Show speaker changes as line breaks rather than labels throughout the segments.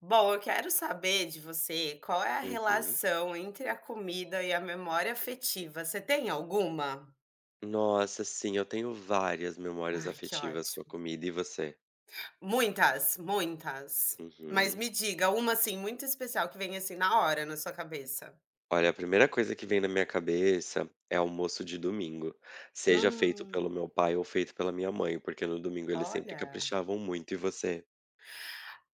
Bom, eu quero saber de você qual é a
Uhum.
relação entre a comida e a memória afetiva. Você tem alguma?
Nossa, sim, eu tenho várias memórias
Ai, que
afetivas com a
ótimo.
comida. E você?
Muitas, muitas. Mas
Uhum.
me diga uma assim muito especial que vem assim na hora na sua cabeça.
Olha, a primeira coisa que vem na minha cabeça é almoço de domingo, seja feito pelo
Hum,
meu pai ou feito pela minha mãe, porque no domingo eles sempre
olha.
caprichavam muito. E você?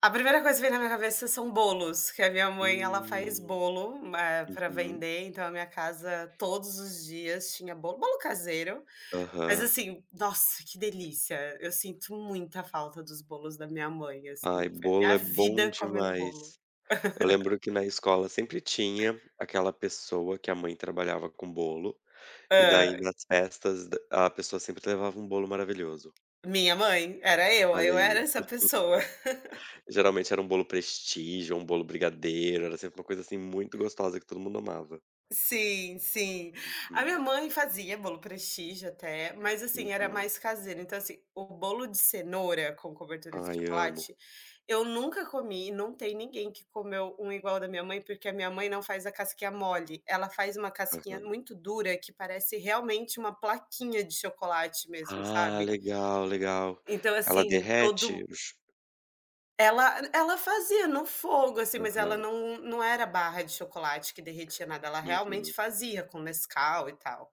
A primeira coisa que vem na minha cabeça são bolos, que a minha mãe ela faz
Hum,
bolo, para
Uhum.
vender, então a minha casa todos os dias tinha bolo, bolo caseiro. Mas
Aham.
assim, nossa, que delícia. Eu sinto muita falta dos bolos da minha mãe, assim,
Ai,
foi
bolo
minha
é bom
vida comendo bolo.
demais. Eu lembro que na escola sempre tinha aquela pessoa que a mãe trabalhava com bolo, e daí
Hã,
nas festas da- a pessoa sempre levava um bolo maravilhoso.
minha mãe, era eu,
Olha aí.
era essa pessoa.
Geralmente era um bolo prestígio, um bolo brigadeiro, era sempre uma coisa, assim, muito gostosa que todo mundo amava.
Sim, sim. A minha
Hum,
mãe fazia bolo prestígio até, mas assim, era
uhum.
mais caseiro. Então, assim, o bolo de cenoura com cobertura de
Ai, amo.
chocolate, eu nunca comi e não tem ninguém que comeu um igual da minha mãe, porque a minha mãe não faz a casquinha mole. Ela faz uma casquinha
Aham.
muito dura que parece realmente uma plaquinha de chocolate mesmo,
Ah,
sabe?
legal, legal.
Então,
Ela
assim, todo
derrete os
ela fazia no fogo, assim, mas ela
aham,
não era barra de chocolate que derretia nada, ela realmente
uhum.
fazia com Nescau e tal.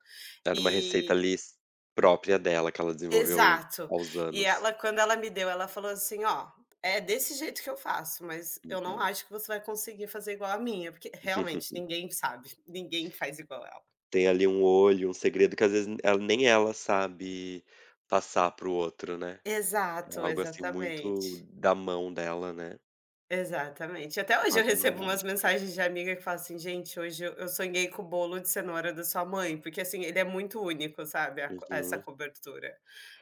Era uma receita
E
ali s própria dela, que ela desenvolveu
exato.
aos
E
anos.
ela quando ela me deu, ela falou assim: "Ó, é desse jeito que eu faço, mas eu não
Uhum.
acho que você vai conseguir fazer igual a minha", porque realmente ninguém sabe, ninguém faz igual ela.
Tem ali um olho, um segredo que às vezes ela nem ela sabe passar pro outro, né. É
Exato,
algo, assim, muito
exatamente.
da mão dela, né.
Exatamente. Até
É
hoje eu
quase uma
recebo umas
mágica.
mensagens de amiga que fala assim: "Gente, hoje eu sonhei com o bolo de cenoura da sua mãe", porque, assim, ele é muito único, sabe, a co essa
Uhum.
cobertura.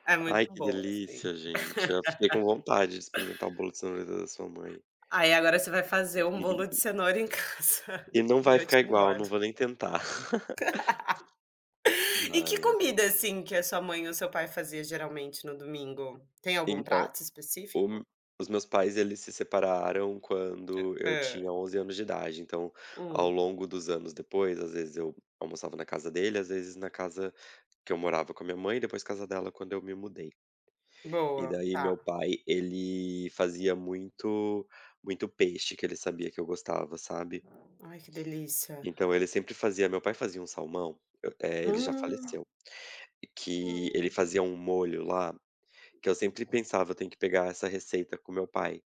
É muito
Ai, que
boa, assim.
delícia, gente. Já fiquei com vontade de experimentar o bolo de cenoura da sua mãe.
Aí agora você vai fazer um bolo de cenoura em casa
E não vai
e eu te
ficar igual, não
engordo.
vou nem tentar.
E que
Ai, é.
comida, assim, que a sua mãe ou seu pai fazia geralmente no domingo? Tem algum
Então,
prato
o m
específico?
os meus pais, eles se separaram quando eu
Hã.
tinha 11 anos de idade, então,
Hum,
ao longo dos anos depois, às vezes eu almoçava na casa dele, às vezes na casa que eu morava com a minha mãe, depois casa dela quando eu me mudei. E
boa,
daí meu
tá.
pai, ele fazia muito peixe que ele sabia que eu gostava, sabe.
Ai, que delícia.
Então ele sempre fazia meu pai fazia um salmão, ele já
Hum,
faleceu, e que ele
hum.
fazia um molho lá, que eu sempre pensava: "Eu tenho que pegar essa receita com meu pai",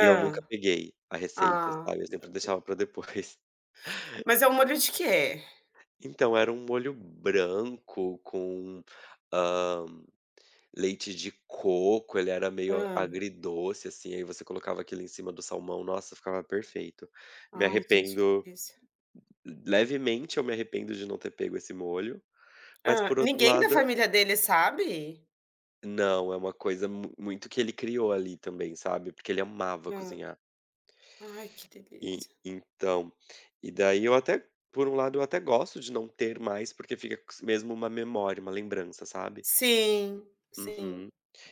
e eu nunca peguei a receita,
Ah.
sabe, eu sempre deixava pra depois.
Mas é um molho de quê?
Então era um molho branco com, hã, leite de coco, ele era meio
Hã.
agridoce, assim, aí você colocava aquilo em cima do salmão, nossa, ficava perfeito. Me
Ai, gente, que
arrependo
delícia.
levemente eu me arrependo de não ter pego esse molho, mas
Hã.
por outro
Ninguém da
lado.
família dele sabe?
Não, é uma coisa mu muito que ele criou ali também, sabe, porque ele amava
Hã.
cozinhar.
Ai, que
E
delícia.
então e daí eu até por um lado eu até gosto de não ter mais, porque fica s mesmo uma memória, uma lembrança, sabe.
Sim, sim.
Uhum.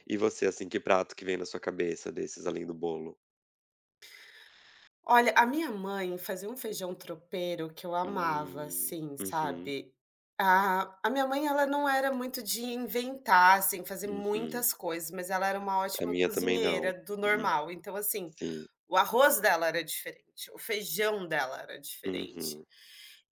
E você, assim, que prato que vem na sua cabeça desses além do bolo?
Olha, a minha mãe fazia um feijão tropeiro que eu amava,
Hum.
assim,
Uhum,
sabe. A minha mãe, ela não era muito de inventar, assim, fazer
uhum.
muitas coisas, mas ela era uma
A
ótima
minha também não.
cozinheira do
Uhum.
normal. Então, assim,
Sim.
o arroz dela era diferente, o feijão dela era diferente.
Uhum,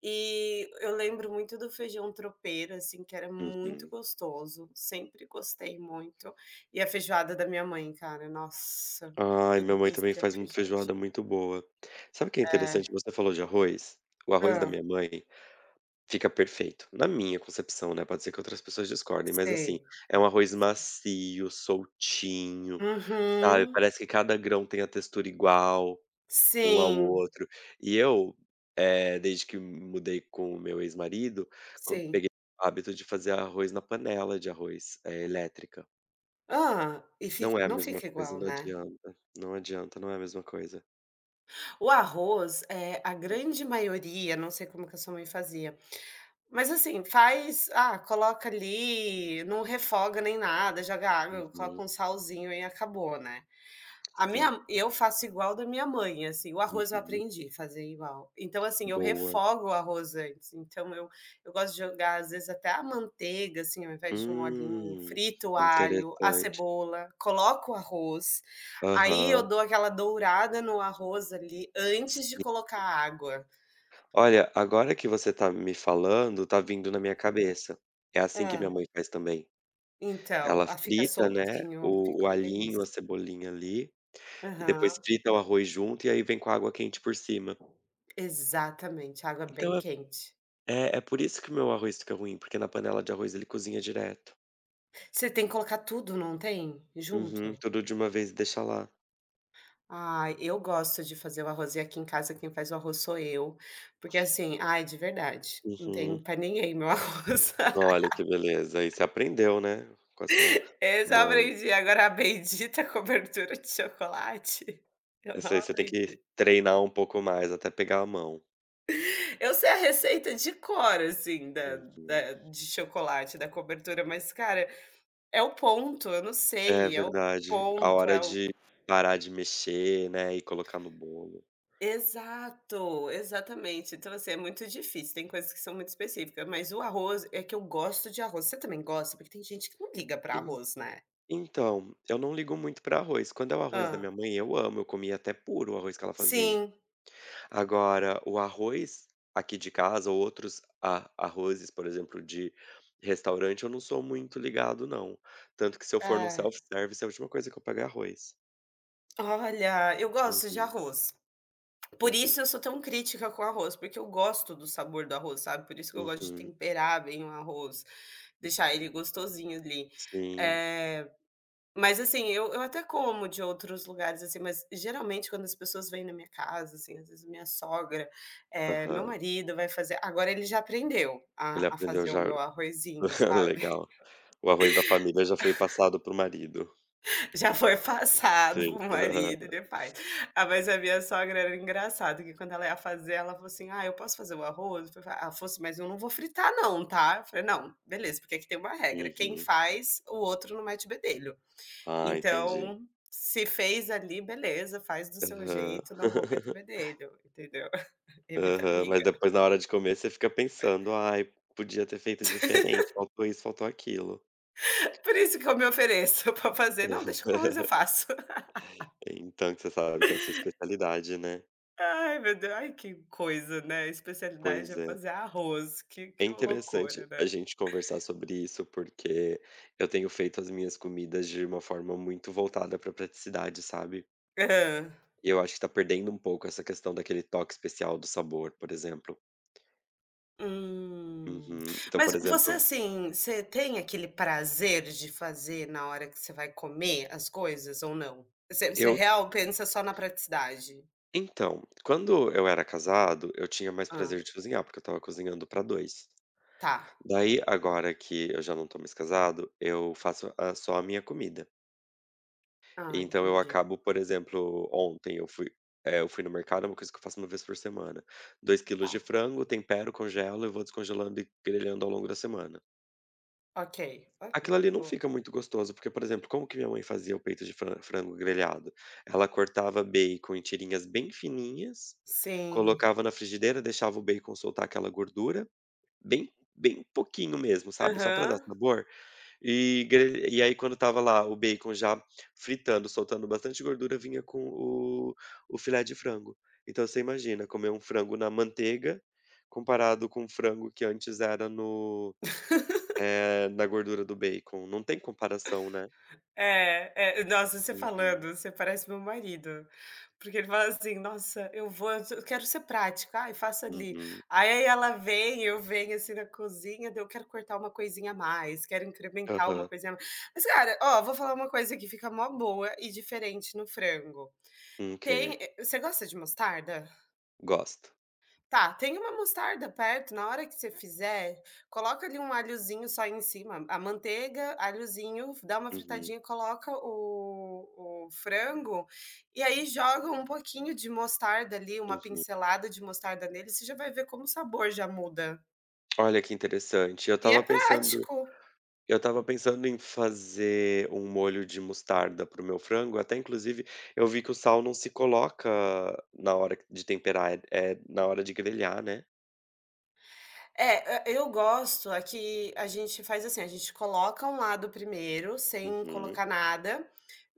E eu lembro muito do feijão tropeiro, assim, que era muito
uhum.
gostoso, sempre gostei muito. E a feijoada da minha mãe, cara, nossa,
Ai,
que
minha mãe também
delícia a
faz uma feijoada
feijoadinha.
muito boa. Sabe o que é
É.
interessante? Você falou de arroz, o arroz da
Hã.
minha mãe fica perfeito. Na minha concepção, né, pode ser que outras pessoas discordem, mas assim,
Sei.
é um arroz macio, soltinho, sabe,
Uhum.
parece que cada grão tem a textura igual um ao
Sim,
outro. E eu, desde que mudei com o meu ex-marido, co
sim.
peguei o hábito de fazer arroz na panela de arroz, elétrica.
Hã. E fica
Não é a
não
mesma
fica
coisa,
igual,
não
né.
adianta. Não adianta, não é a mesma coisa.
O arroz, a
Uhum,
grande maioria, não sei como que a sua mãe fazia. Mas assim, faz ah, coloca ali, não refoga nem nada, joga água, coloca
uhum,
um salzinho e acabou, né. A
sim.
minha eu faço igual da minha mãe, assim, o arroz eu
Uhum.
aprendi a fazer igual. Então assim, eu
Boa.
refogo o arroz antes, então eu gosto de jogar, às vezes, até a manteiga, assim, ao invés de um olhinho,
Hum,
frito o alho, a
interessante.
cebola, coloco o arroz, aí
Aham.
eu dou aquela dourada no arroz ali antes de
Sim.
colocar a água.
Olha, agora que você tá me falando, tá vindo na minha cabeça. É assim que minha
Hum.
mãe faz também.
Então,
Ela
ah, fica
frita, né,
soltinho,
o
fica
o
uma
alhinho, a
delícia.
cebolinha ali, e depois
Aham,
frita o arroz junto e aí vem com água quente por cima.
exatamente, água bem
Então é
quente.
é é por isso que o meu arroz fica ruim, porque na panela de arroz ele cozinha direto.
Você tem que colocar tudo, não tem?
Uhum,
Junto?
tudo de uma vez e deixa lá.
Ai, eu gosto de fazer o arroz e aqui em casa quem faz o arroz sou eu, porque assim, ai, de verdade, não tem
Uhum.
pra ninguém meu arroz.
Olha que beleza, aí você aprendeu, né, com a sua
Eu já
mãe.
aprendi, agora a bendita cobertura de chocolate, eu
Essa
não
aí você tem que
aprendi.
treinar um pouco mais até pegar a mão.
Eu sei a receita de cor, assim, da
Uhum.
da de chocolate, da cobertura, mas cara, é o ponto, eu não
É
sei, é o
verdade. A
ponto, é
hora
o...
de parar de mexer, né, e colocar no bolo.
Exato, exatamente. Então, assim, é muito difícil, tem coisas que são muito específicas, mas o arroz é que eu gosto de arroz. Você também gosta? Porque tem gente que não liga para
En
arroz, né.
então, eu não ligo muito para arroz. Quando é o arroz da
Ah,
minha mãe, eu amo, eu comia até puro o arroz que ela fazia.
sim,
Agora, o arroz aqui de casa ou outros a arrozes, por exemplo, de restaurante, eu não sou muito ligado não. Tanto que se eu for num
é.
self-service, é a última coisa que eu pego é arroz.
Olha, eu gosto de
Uhum,
arroz. Por
uhum,
isso eu sou tão crítica com arroz, porque eu gosto do sabor do arroz, sabe, por isso que eu gosto de
uhum.
temperar bem o arroz, deixar ele gostosinho ali.
Sim,
Eh Mas assim, eu até como de outros lugares, assim, mas geralmente quando as pessoas vêm na minha casa, assim, às vezes minha sogra, meu
aham.
marido vai fazer agora ele já aprendeu a
Ele
a
aprendeu
fazer o
já.
meu arrozinho, sabe.
Legal. O arroz da família já foi passado pro marido.
Já foi passado
Sim.
pro
Aham.
marido, ele faz. Ah, mas a minha sogra era engraçado que quando ela ia fazer, ela falou assim: "Ah, eu posso fazer o arroz?" Eu falei: "Ah", fosse "Mas eu não vou fritar não, tá?" Eu falei: "Não, beleza, porque aqui tem uma regra, quem
Uhum.
faz, o outro não mete bedelho."
Ah, entendi.
Então, se fez ali, beleza, faz do seu
Aham.
jeito, não vou meter bedelho, entendeu? Evita
Aham. Mas
briga.
depois na hora de comer você fica pensando: "Ai, podia ter feito diferente, faltou isso, faltou aquilo".
Por isso que eu me ofereço para fazer: "Não, deixa com arroz, eu faço".
Então, que você sabe que é a sua especialidade, né.
Ai, meu Deus, ai, que coisa, né, a especialidade
Pois
é
é.
fazer arroz,
É
que loucura,
interessante
né.
a gente conversar sobre isso, porque eu tenho feito as minhas comidas de uma forma muito voltada para praticidade, sabe.
Hã.
E eu acho que tá perdendo um pouco essa questão daquele toque especial do sabor, por exemplo.
Hum.
Uhum. Então,
Mas
por
você,
exemplo,
assim, você tem aquele prazer de fazer na hora que você vai comer as coisas ou não? Você
eu
real pensa só na praticidade?
então, quando eu era casado, eu tinha mais
Hã,
prazer de cozinhar, porque eu estava cozinhando pra 2.
tá.
Daí, agora que eu já não tô mais casado, eu faço a só a minha comida.
Ah,
Então eu
entendi.
acabo, por exemplo, ontem eu fui no mercado, é uma coisa que eu faço uma vez por semana. 2 quilos
Tá,
de frango, tempero, congelo e vou descongelando e grelhando ao longo da semana.
ok, ok,
Aquilo ali não
boa.
fica muito gostoso, porque, por exemplo, como que minha mãe fazia o peito de frango grelhado? Ela cortava bacon em tirinhas bem fininhas,
Sim,
colocava na frigideira, deixava o bacon soltar aquela gordura, bem pouquinho mesmo, sabe, só pra dar
aham.
sabor, e aí quando tava lá o bacon já fritando, soltando bastante gordura, vinha com o filé de frango. Então você imagina comer um frango na manteiga, comparado com o frango que antes era no é, na gordura do bacon, não tem comparação, né.
É, é, nossa, você
Uhum,
falando, você parece meu marido, porque ele fala assim: "Nossa, eu vou eu quero ser prática, ai, faço ali".
uhum,
Aí ela vem, eu venho, assim, na cozinha, daí eu quero cortar uma coisinha a mais, quero incrementar uma
aham.
coisinha a mais. Mas, cara, ó, vou falar uma coisa que fica mó boa e diferente no frango.
Um
Tem
que
você gosta de mostarda?
Gosto.
Tá, tem uma mostarda perto, na hora que você fizer, coloca ali um alhozinho só em cima, a manteiga, alhozinho, dá uma
Uhum,
fritadinha, coloca o frango e aí joga um pouquinho de mostarda ali, uma
uhum.
pincelada de mostarda nele, você já vai ver como o sabor já muda.
Olha que interessante,
E é prático.
eu estava pensando em fazer um molho de mostarda para o meu frango, até inclusive eu vi que o sal não se coloca na hora de temperar, é na hora de grelhar, né.
É, e eu gosto aqui a gente faz assim, a gente coloca um lado primeiro, sem
Uhum,
colocar nada,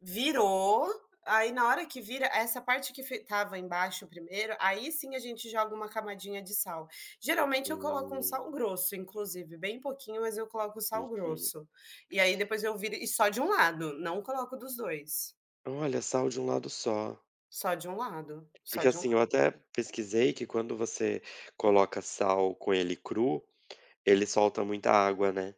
virou, aí na hora que vira, essa parte que fi estava embaixo primeiro, aí sim a gente joga uma camadinha de sal. Geralmente eu coloco um sal
hum,
grosso inclusive, bem pouquinho, mas eu coloco sal
uhum.
grosso. E aí depois eu viro e só de um lado, não coloco dos 2,
Olha, sal de um lado só.
só de um lado, só
Porque
de um...
assim, eu até pesquisei que quando você coloca sal com ele cru, ele solta muita água, né.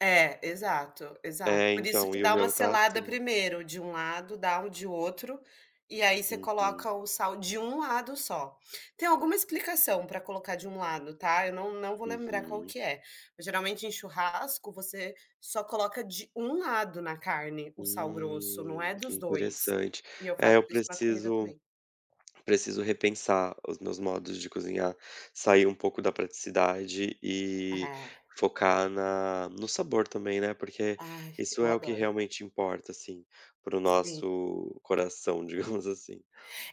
É, exato, exato.
É,
Por isso
então,
que
e o
dá uma
meu tá
selada
assim.
primeiro, de um lado, dá um de outro, e aí você
Uhum,
coloca o sal de um lado só. Tem alguma explicação para colocar de um lado, tá, eu não vou lembrar qual
uhum.
que é. Mas geralmente em churrasco você só coloca de um lado na carne o sal grosso, não é dos 2.
Interessante.
E eu
É,
faço
eu
isso na comida
preciso
também.
preciso repensar os meus modos de cozinhar, sair um pouco da praticidade e
É.
focar na no sabor também, né, porque
Ai,
isso
eu
é o que
adoro.
realmente importa, assim, para o
Sim.
nosso coração, digamos assim.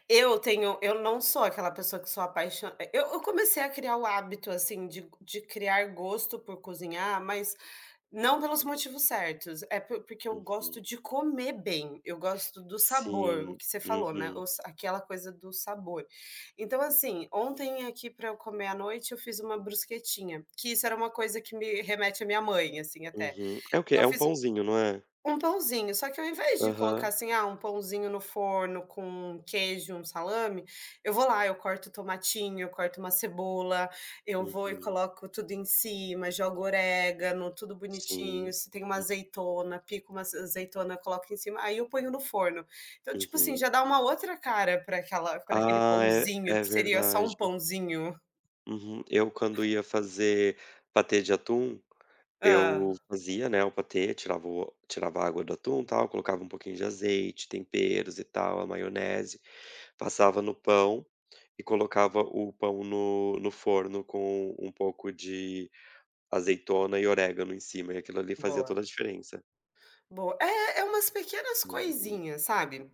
Eu tenho eu não sou aquela pessoa que sou apaixonada. Eu comecei a criar o hábito, assim, de criar gosto por cozinhar, mas não pelos motivos certos, é por porque eu gosto
Uhum.
de comer bem, eu gosto do sabor, o
Sim.
que você falou, né,
Uhum,
o sa aquela coisa do sabor. Então, assim, ontem aqui para eu comer à noite, eu fiz uma brusquetinha, que isso era uma coisa que me remete à minha mãe, assim, até.
uhum. É o quê?
Eu
É um
fiz
pãozinho, não é?
um pãozinho, só que ao invés de colocar
Aham.
assim, ah, um pãozinho no forno com queijo, um salame, eu vou lá, eu corto tomatinho, eu corto uma cebola, eu vou e
Uhum.
coloco tudo em cima, jogo orégano, tudo bonitinho,
Sim.
se tem uma
U
azeitona, pico uma aze azeitona, coloco em cima, aí eu ponho no forno. Então, tipo assim,
uhum.
já dá uma outra cara para aquela para aquele
Ah, é
pãozinho
é
que seria só um
verdade.
pãozinho.
Uhum. Eu quando ia fazer patê de atum, eu
Ah,
fazia, né, o patê, tirava a água do atum, tal, colocava um pouquinho de azeite, temperos e tal, a maionese, passava no pão e colocava o pão no forno com um pouco de azeitona e orégano em cima, e aquilo ali fazia
boa,
toda a diferença.
boa. É, é umas pequenas
Uhum.
coisinhas, sabe?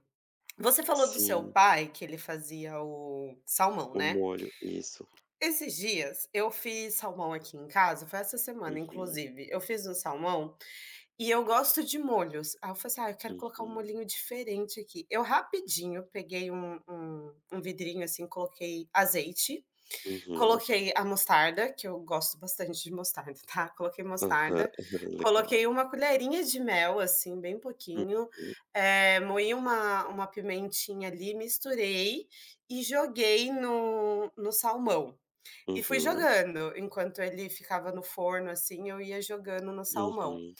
Você falou do seu
Sim,
pai que ele fazia o salmão,
o
né.
molho, isso.
Esses dias eu fiz salmão aqui em casa, foi essa semana
Uhum,
inclusive, eu fiz um salmão e eu gosto de molhos. Aí eu falei assim: "Ah, eu quero colocar um
uhum,
molhinho diferente aqui". Eu rapidinho peguei um vidrinho, assim, coloquei azeite,
uhum.
coloquei a mostarda, que eu gosto bastante de mostarda, tá, coloquei
Aham,
mostarda,
aham, legal.
coloquei uma colherinha de mel, assim, bem pouquinho,
Uhum,
moí uma pimentinha ali, misturei e joguei no salmão. E fui
uhum,
jogando, enquanto ele ficava no forno, assim, eu ia jogando no salmão.
uhum,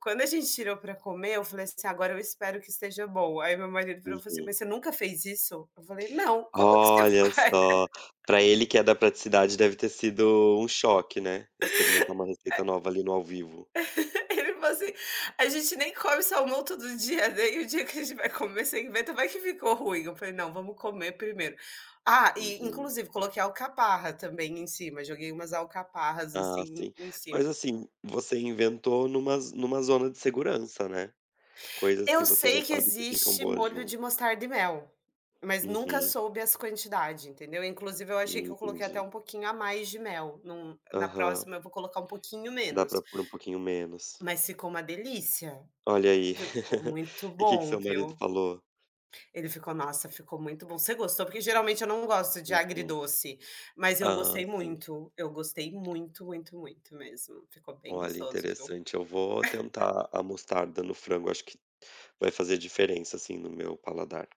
Quando a gente tirou para comer, eu falei assim: "Agora eu espero que esteja bom". Aí meu marido virou e falou assim:
uhum.
"Mas você nunca fez isso?" Eu falei: "Não, como que você
Olha
faz?"
só, pra ele que é da praticidade deve ter sido um choque, né, experimentar uma receita nova ali no ao vivo.
Ele falou assim: "A gente nem come salmão todo dia, né? E o dia que a gente vai comer você inventa, vai que ficou ruim". Eu falei: "Não, vamos comer primeiro". Ah, e
Uhum.
inclusive coloquei alcaparra também em cima, joguei umas alcaparras,
Ah,
assim,
sim.
em cima.
Mas assim, você inventou numa zona de segurança, né, coisas que
Eu
você já
sei que
sabe que ficam
existe
boas
molho
junto.
de mostarda e mel, mas nunca
Uhum.
soube as quantidade, entendeu. Inclusive eu achei que eu coloquei
Entendi.
até um pouquinho a mais de mel, num na
Aham.
próxima eu vou colocar um pouquinho
Dá pra
menos,
pôr um pouquinho menos.
mas ficou uma delícia,
Olha aí.
ficou muito
E o que que
bom,
seu marido
viu.
falou?
Ele ficou: "Nossa, ficou muito bom". Você gostou? Porque geralmente eu não gosto de
Uhum.
agridoce, mas eu
Ah,
gostei
sim.
muito. Eu gostei muito, muito, muito mesmo. Ficou bem
Olha,
gostoso, viu.
interessante. Eu vou tentar a mostarda no frango, acho que vai fazer diferença, assim, no meu paladar.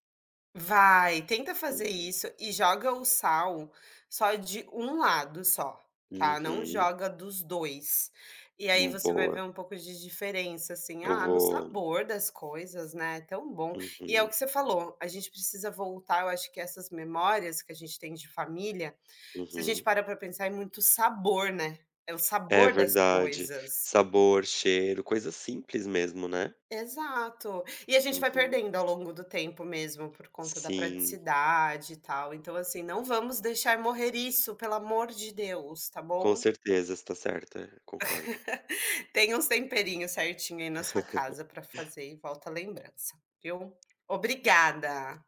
Vai, tenta fazer
Uhum.
isso e joga o sal só de um lado só, tá, não
Uhum.
joga dos 2. E aí você vai
Boa.
ver um pouco de diferença, assim,
Eu
ah, no
vou
sabor das coisas, né, é tão bom. E é o
uhum,
que você falou, a gente precisa voltar, eu acho que essas memórias que a gente tem de família, se a gente
uhum.
parar para pensar, é muito sabor, né, é o
É
sabor das
verdade.
coisas.
Sabor, cheiro, coisa simples mesmo, né.
Exato. E a gente vai
Uhum.
perdendo ao longo do tempo mesmo, por conta da
Sim,
praticidade e tal. Então, assim, não vamos deixar morrer isso, pelo amor de Deus, tá
com
bom?
certeza, Está tá certa, concordo.
Tem uns temperinhos certinho aí na sua casa para fazer e volta a lembrança, viu? Obrigada.